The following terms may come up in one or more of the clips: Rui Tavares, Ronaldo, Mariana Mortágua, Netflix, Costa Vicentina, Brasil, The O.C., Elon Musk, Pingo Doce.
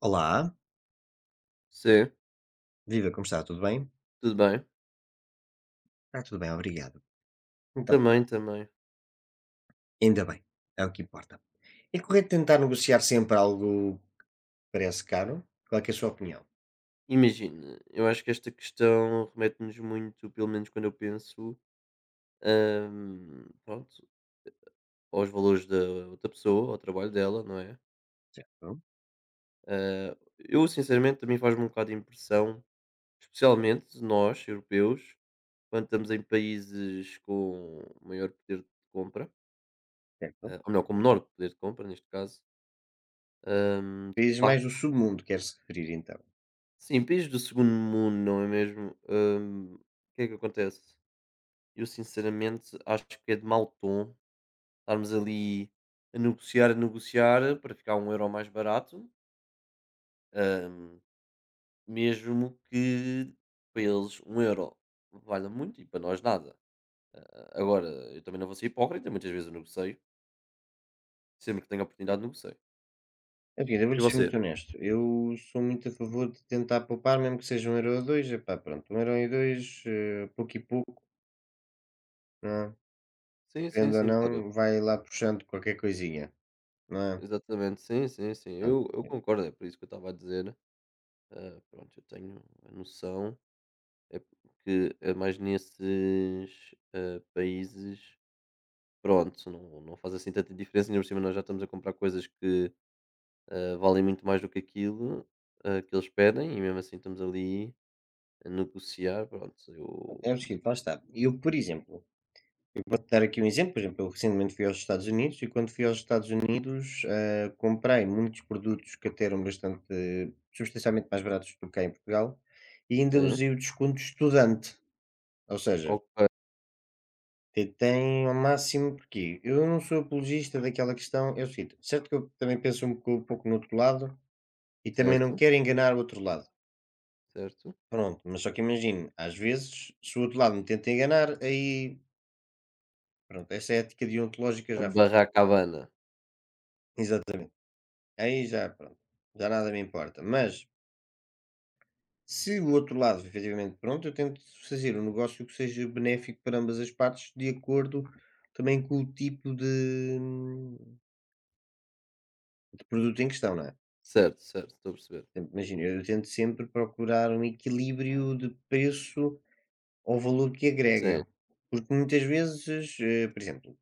Olá, Sim, viva, como está? Tudo bem? tudo bem. Está tudo bem, obrigado. Então, Também, também. ainda bem, é o que importa. É correto tentar negociar sempre algo que parece caro? Qual é, que é a sua opinião? Imagina, eu acho que esta questão remete-nos muito, pelo menos quando eu penso, pronto, aos valores da outra pessoa, ao trabalho dela, não é? Certo, Ah, eu, sinceramente, também faz-me um bocado de impressão, especialmente nós, europeus, quando estamos em países com maior poder de compra, certo. Ou melhor, com menor poder de compra, neste caso, de Países mais facto. do submundo, quer se referir então. Sim, países do segundo mundo, não é mesmo? O que é que acontece? Eu sinceramente acho que é de mau tom estarmos ali a negociar para ficar 1 euro mais barato, hum, mesmo que para eles 1 euro valha muito e para nós nada. Agora, eu também não vou ser hipócrita, muitas vezes eu negocio, sempre que tenho a oportunidade negocio. Enfim, eu E vou-lhe ser você? muito honesto. Eu sou muito a favor de tentar poupar, mesmo que seja um euro ou dois. Epá, pronto, um euro e dois, pouco e pouco, não é? Sim, sim, Querendo ou sim, claro. não, vai lá puxando qualquer coisinha, não é? Exatamente, sim, sim, sim. Pronto. Eu concordo, é por isso que eu estava a dizer. Ah, pronto, eu tenho a noção, é que é mais nesses países. Pronto, não faz assim tanta diferença, ainda por cima nós já estamos a comprar coisas que, valem muito mais do que aquilo, que eles pedem e mesmo assim estamos ali a negociar, pronto, Ok, eu é possível, lá está. Eu, por exemplo, eu posso dar aqui um exemplo, por exemplo, eu recentemente fui aos Estados Unidos e quando fui aos Estados Unidos, comprei muitos produtos que até eram bastante, substancialmente mais baratos do que cá em Portugal e ainda sim, usei o desconto estudante, ou seja, ok, tentei ao máximo, porque eu não sou apologista daquela questão, é o seguinte, certo que eu também penso um pouco, no outro lado, e também não certo, quero enganar o outro lado. certo. Pronto, mas só que imagino, às vezes, se o outro lado me tenta enganar, aí, pronto, essa ética deontológica já foi. Barracabana, Exatamente. Aí já, pronto, já nada me importa. Mas, se o outro lado, efetivamente, pronto, eu tento fazer um negócio que seja benéfico para ambas as partes, de acordo também com o tipo de produto em questão, não é? certo, certo, estou a perceber. Portanto, imagina, eu tento sempre procurar um equilíbrio de preço ao valor que Sim, agrega, porque muitas vezes, por exemplo,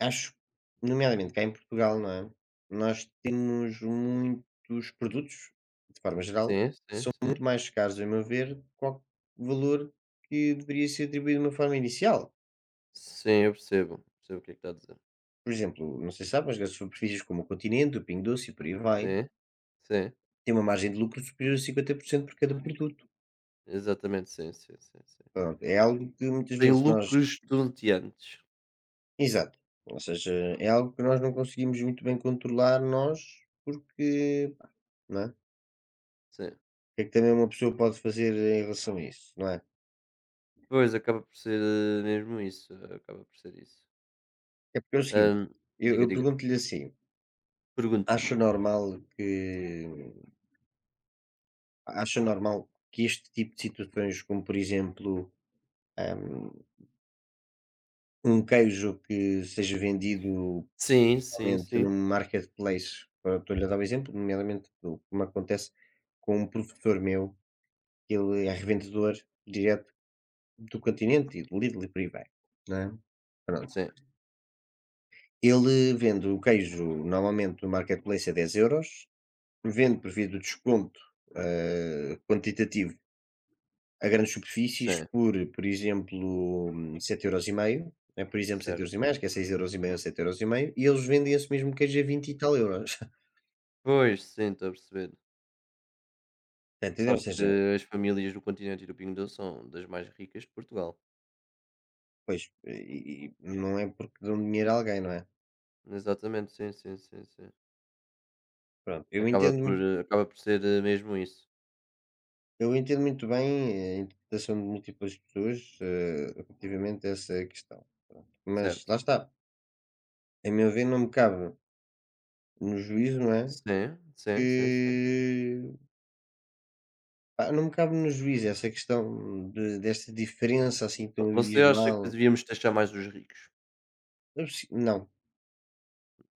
acho, nomeadamente cá em Portugal, não é, nós temos muitos produtos, de forma geral, sim, que sim, são sim. muito mais caros, a meu ver, qual valor que deveria ser atribuído de uma forma inicial. Sim, eu percebo, percebo o que é que está a dizer. Por exemplo, não sei se sabe, mas as superfícies como o Continente, o Pingo Doce e por aí vai, Sim, sim, têm uma margem de lucro superior a 50% por cento por cada produto. exatamente, sim, sim, sim, sim. Pronto, é algo que muitas Tem vezes nós. lucros estonteantes, Exato. Ou seja, é algo que nós não conseguimos muito bem controlar nós, porque, pá, não é? O sim. que é que também uma pessoa pode fazer em relação a isso, não é? Pois, acaba por ser mesmo isso, acaba por ser isso. É porque é o seguinte, Hum, eu, Diga, eu diga. pergunto-lhe assim: Pergunte-me. acha normal que este tipo de situações, como por exemplo, ahm, um queijo que seja vendido Sim, sim, normalmente num sim. marketplace, estou-lhe a dar o exemplo, nomeadamente como acontece com um professor meu, que ele é revendedor direto do Continente e do Lidl e por aí vai, não é, pronto. Sim, Ele vende o queijo normalmente no marketplace a 10 euros, vende por via do desconto, quantitativo a grandes superfícies sim. por exemplo, €7,50, é por exemplo Certo. €7,5, acho que é €6,50 ou €7,50, e eles vendem esse mesmo queijo a 20 e tal euros. Pois, sim, estou a perceber. Está a entender? Ou Sabe que seja, as famílias do Continente e do Pingo Doce são das mais ricas de Portugal. pois, e não é porque dão dinheiro a alguém, não é? Exatamente, sim, sim, sim, sim. Pronto, Acaba por, eh, acaba por ser mesmo isso. eu entendo muito bem a interpretação de múltiplas pessoas, relativamente a essa questão, pronto. Mas Certo. lá está, a meu ver não me cabe no juízo, não é, Sim, sim, sim, sim. que pá, não me cabe no juízo essa questão de desta diferença, assim, tão Você acha que abismal. devíamos taxar mais os ricos? Eu se não,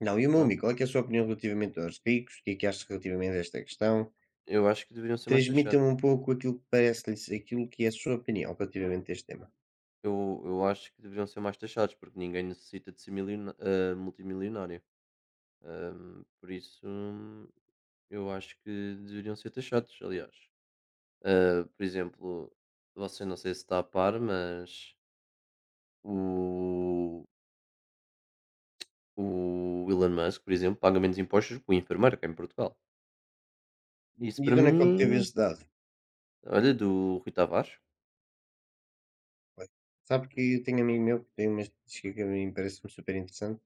não. E o meu Não? amigo, qual é que é a sua opinião relativamente aos ricos? O que é que acha relativamente a esta questão? Eu acho que deveriam ser mais taxados. Transmita-me um pouco aquilo que parece-lhes aquilo que é a sua opinião relativamente a este tema. Eu acho que deveriam ser mais taxados, porque ninguém necessita de ser multimilionário. Por isso, eu acho que deveriam ser taxados, aliás. Ah, por exemplo, você não sei se está a par, mas o, o Elon Musk, por exemplo, paga menos impostos que o enfermeiro cá em Portugal. Isso E para de onde é que obteve mim, esse dado? olha, do Rui Tavares. Bem, sabe que eu tenho um amigo meu que tem uma estatística que a mim parece-me super interessante.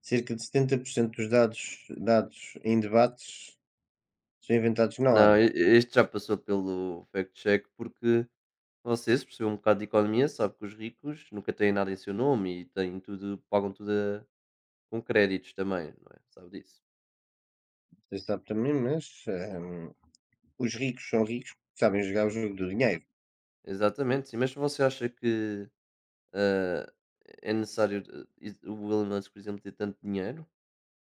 Cerca de 70% dos dados, dados em debates são inventados na Não, hora. Este já passou pelo fact-check porque você, se percebeu um bocado de economia, sabe que os ricos nunca têm nada em seu nome e têm tudo, pagam tudo com créditos também, não é? Sabe disso? Não sei se sabe também, mas os ricos são ricos porque sabem jogar o jogo do dinheiro. Exatamente, sim, mas você acha que ah, é necessário o Elon Musk, por exemplo, ter tanto dinheiro,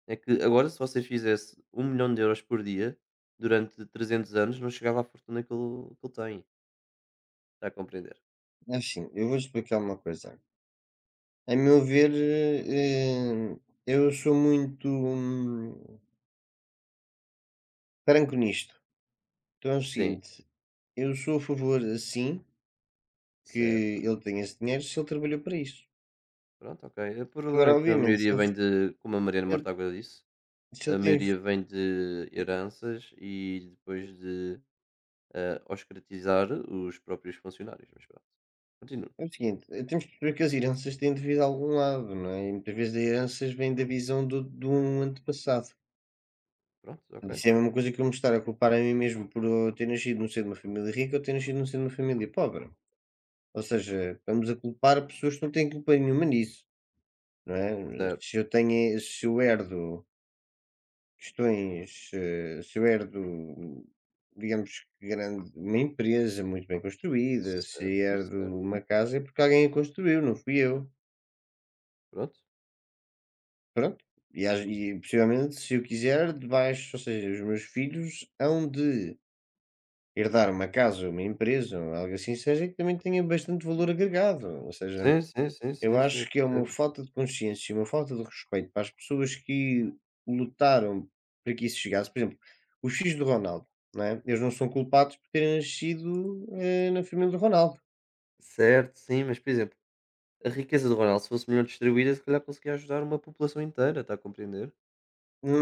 é que agora se você fizesse 1 milhão de euros por dia durante 300 anos não chegava à fortuna que ele, tem. Está a compreender? É assim, eu vou explicar uma coisa. A meu ver, eu sou muito franco nisto. Então é o Sim, seguinte, eu sou a favor, assim, que certo. ele tenha esse dinheiro se ele trabalhou para isso. Pronto, ok. O problema é Agora, que a obviamente, maioria vem de, como a Mariana ele, Mortágua disse, se a ele tem. maioria vem de heranças e depois de oscratizar os próprios funcionários. Mas pronto. Continua. É o seguinte, temos que perceber que as heranças têm de vir de algum lado, não é? E muitas vezes as heranças vêm da visão do, de um antepassado. Pronto, ok. Isso é a mesma coisa que eu me estar a culpar a mim mesmo por eu ter nascido no seio de uma família rica ou ter nascido no seio de uma família pobre. Ou seja, estamos a culpar pessoas que não têm culpa nenhuma nisso, não é? Certo, Se eu tenho, se eu herdo questões, se eu herdo, digamos que grande, uma empresa muito bem construída, se certo, herdo uma certo. casa é porque alguém a construiu, não fui eu. Pronto. Pronto, e possivelmente, se eu quiser, debaixo ou seja, os meus filhos hão de herdar uma casa, uma empresa ou algo assim seja, que também tenha bastante valor agregado. Ou seja, Sim, sim, sim, eu sim, sim, eu acho que é uma percebo. falta de consciência, uma falta de respeito para as pessoas que lutaram para que isso chegasse. Por exemplo, os filhos do Ronaldo, não é? Eles não são culpados por terem nascido, na família do Ronaldo. Certo, sim, mas por exemplo, a riqueza do Ronaldo, se fosse melhor distribuída, se calhar conseguia ajudar uma população inteira, está a compreender?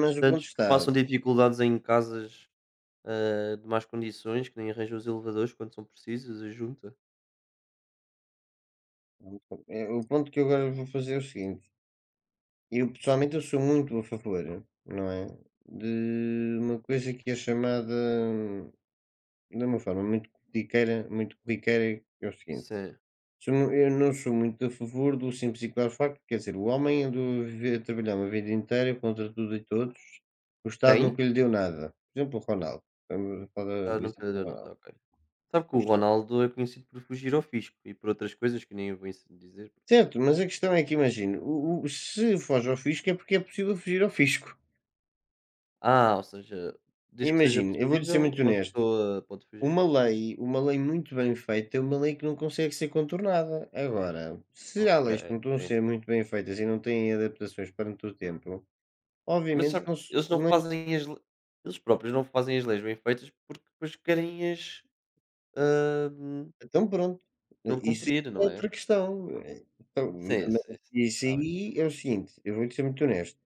Mas o ponto Tantos que está, passam dificuldades em casas, de más condições, que nem arranjam os elevadores quando são precisos, a junta. O ponto que eu agora vou fazer é o seguinte. Eu pessoalmente eu sou muito a favor, não é? De uma coisa que é chamada de uma forma muito corriqueira, que é o seguinte. Sim. Eu não sou muito a favor do simples e claro facto, quer dizer, o homem andou a a trabalhar uma vida inteira contra tudo e todos, o Estado Quem? nunca lhe deu nada. Por exemplo, o Ronaldo. Estamos a falar Já do exemplo nunca do deu nada, Ronaldo. ok. Sabe que O o Estado. Ronaldo é conhecido por fugir ao fisco e por outras coisas que nem vou dizer. Porque pronto. Certo, mas a questão é que imagino, se foge ao fisco é porque é possível fugir ao fisco. Ah, ou seja, desde que seja Imagino, eu vou-lhe ser possível, muito uma honesto. pessoa pode fugir. Uma lei muito bem feita é uma lei que não consegue ser contornada. Agora, se há Ok, leis que não estão a sim. ser muito bem feitas e não têm adaptações perante o tempo, Mas obviamente sabe, não se eles não não fazem as le eles próprios não fazem as leis bem feitas porque depois querem hum, então pronto, não isso cumprir, é não é? outra questão. Então, Sim, sim, mas sim. isso Está bem. aí é o seguinte, eu vou-te ser muito honesto: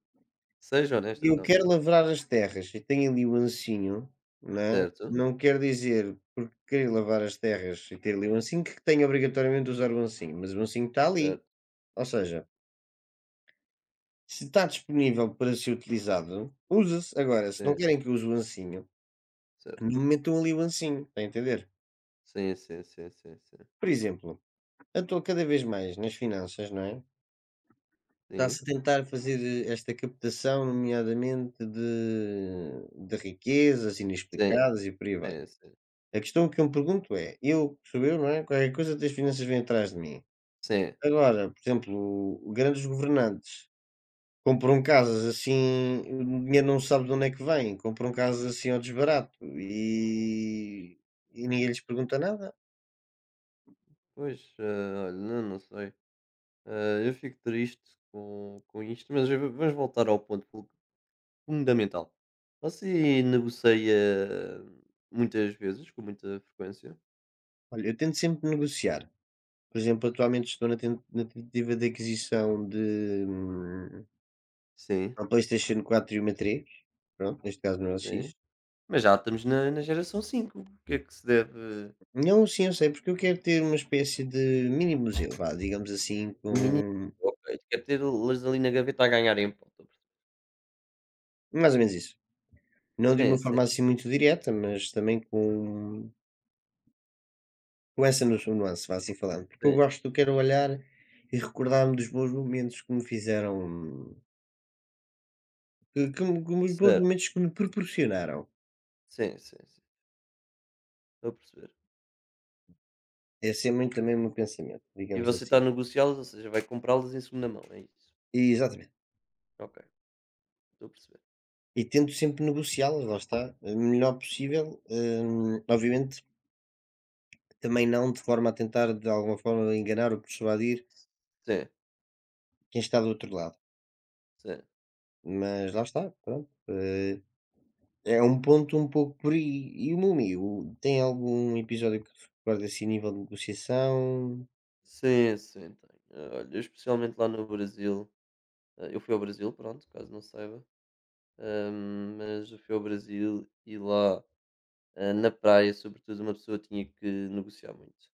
Seja honesto se eu então. quero lavrar as terras e tenho ali o ancinho, não é, Certo, não quer dizer, porque querer lavar as terras e ter ali o ancinho, que tenho obrigatoriamente de usar o ancinho, mas o ancinho está ali. certo, Ou seja, se está disponível para ser utilizado, usa-se. Agora, se sim, não querem que use o ancinho, certo. não metam ali o ancinho, está a entender? Sim, sim, sim, sim, sim. Por exemplo, eu estou cada vez mais nas finanças, não é? Sim, Está-se a tentar fazer esta captação, nomeadamente de riquezas sim, inexplicadas e por aí vai. sim, sim. A questão que eu me pergunto é: eu, sou eu, não é? Qualquer coisa das finanças vem atrás de mim. Sim. Agora, por exemplo, grandes governantes compram casas assim o dinheiro não sabe de onde é que vem, compram casas assim ao desbarato e ninguém lhes pergunta nada. Pois, ah, olha, não não sei. Ah, eu fico triste com isto, mas v vamos voltar ao ponto fundamental. Você negocia hum, muitas vezes, com muita frequência? Olha, eu tento sempre negociar, por exemplo, atualmente estou na tentativa de aquisição de, Sim. uma PlayStation 4 e uma 3, pronto, neste caso não é o Sim. X. Mas já estamos na na geração 5 o que é que se deve Não, sim, eu sei, porque eu quero ter uma espécie de mini museu, vá, digamos assim, mini com ok, quer tê-las ali na gaveta a ganharem ponto. mais ou menos isso. Não de Sim, uma sim, forma assim muito direta, mas também com. Essa nu nuance, vá assim falando, porque sim. Eu quero olhar e recordar-me dos bons momentos que me fizeram que me que os bons Certo. momentos que me proporcionaram. Sim, sim, sim. Estou a perceber. Esse é muito também o meu pensamento, E digamos você está a assim. negociá-las, ou seja, vai comprá-las em segunda mão, é isso? E exatamente. Ok, estou a perceber. E tento sempre negociá-las, lá está, o melhor possível, obviamente também não de forma a tentar de alguma forma enganar ou persuadir Sim, quem está do outro lado, sim. mas lá está, pronto, é um ponto um pouco por aí. E o meu amigo, tem algum episódio que te assim, nível de negociação? Sim, sim, tenho. Ah, olha, eu especialmente lá no Brasil, eu fui ao Brasil, pronto, caso não saiba, mas eu fui ao Brasil e lá, na praia, sobretudo, uma pessoa tinha que negociar muito.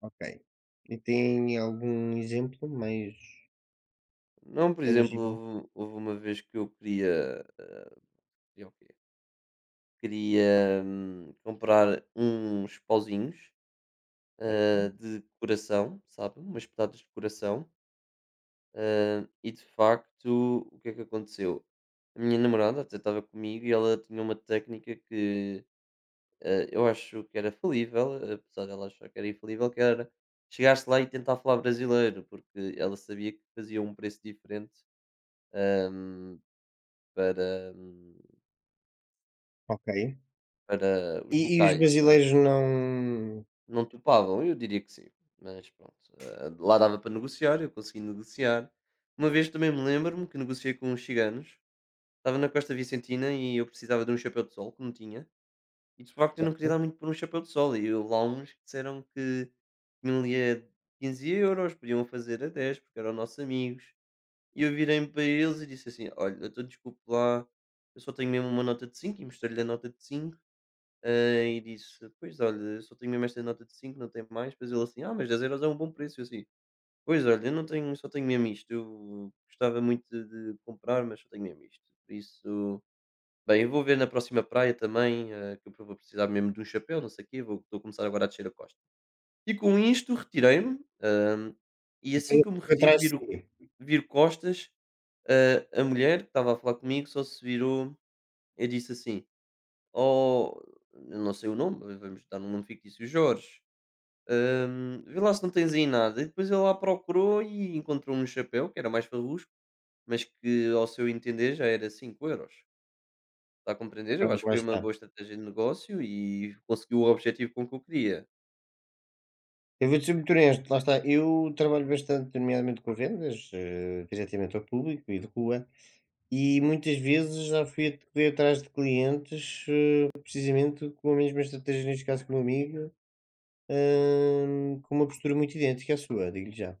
Ok. E tem algum exemplo mais Não, por exemplo, tangível? houve uma vez que eu queria, queria o quê? Queria, comprar uns pauzinhos, de decoração, sabe, umas batatas de coração, e de facto, o que é que aconteceu? A minha namorada até estava comigo e ela tinha uma técnica que, eu acho que era falível, apesar dela achar que era infalível, que era chegar-se lá e tentar falar brasileiro, porque ela sabia que fazia um preço diferente, hum, para hum, Ok. para os E os locais, não é? brasileiros não. Não topavam, eu diria que sim, mas pronto, lá dava para negociar, eu consegui negociar. Uma vez também me lembro-me que negociei com uns ciganos, estava na Costa Vicentina e eu precisava de um chapéu de sol, que não tinha, e de facto eu não queria Certo. dar muito por um chapéu de sol, e houve lá uns que disseram que tinham ali a 15€, podiam fazer a 10 porque eram nossos amigos, e eu virei-me para eles e disse assim: "Olha, então desculpe lá, eu só tenho mesmo uma nota de 5" e mostrei-lhe a nota de 5. Ah, e disse: "Pois olha, eu só tenho mesmo esta nota de 5 não tenho mais". Depois ele assim: "Ah, mas 10 euros é um bom preço". Eu assim: "Pois olha, eu não tenho, só tenho mesmo isto. Eu gostava muito de comprar, mas só tenho mesmo isto". Por isso, bem, eu vou ver na próxima praia também, que eu vou precisar mesmo de um chapéu, não sei o quê, vou estou a começar agora a descer a costa. E com isto retirei-me, e E assim depois que eu eu me fui retiro, atrás de si. viro costas, a mulher que estava a falar comigo só se virou e disse assim: ou eu não sei o nome, v vamos dar um nome fictício, Jorge, "vê lá se não tens aí nada", e depois ele lá procurou e encontrou um chapéu que era mais farrusco, mas que ao seu entender já era 5 euros. Está a compreender? Eu acho Pronto, que lá foi uma está. boa estratégia de negócio e conseguiu o objetivo com que eu queria. Eu vou-te ser muito honesto, lá está. Eu trabalho bastante, nomeadamente com vendas, diretamente ao público e de rua, e muitas vezes já fui, fui atrás de clientes, precisamente com a mesma estratégia, neste caso, que o meu amigo, Hã, com uma postura muito idêntica à sua, digo-lhe já.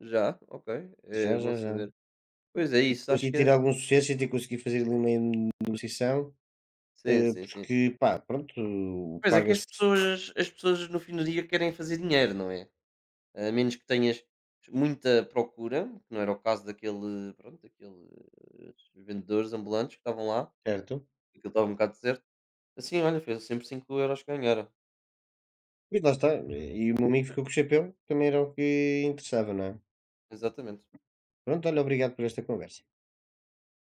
Já? Ok, é Já, bom já, já. saber. Pois é E isso, acho consegui que tirar é algum sucesso e até consegui fazer ali uma negociação, sim, sim, sim. porque, pá, pronto, Pois é que as paga-se, pessoas no fim do dia querem fazer dinheiro, não é? A menos que tenhas muita procura, que não era o caso daquele, pronto, daqueles vendedores ambulantes que estavam lá, certo? que estava um bocado deserto. Assim, olha, foi sempre 5 euros que ganharam. E lá está, e o meu amigo ficou com o chapéu, também era o que interessava, não é? Exatamente. Pronto, olha, obrigado por esta conversa.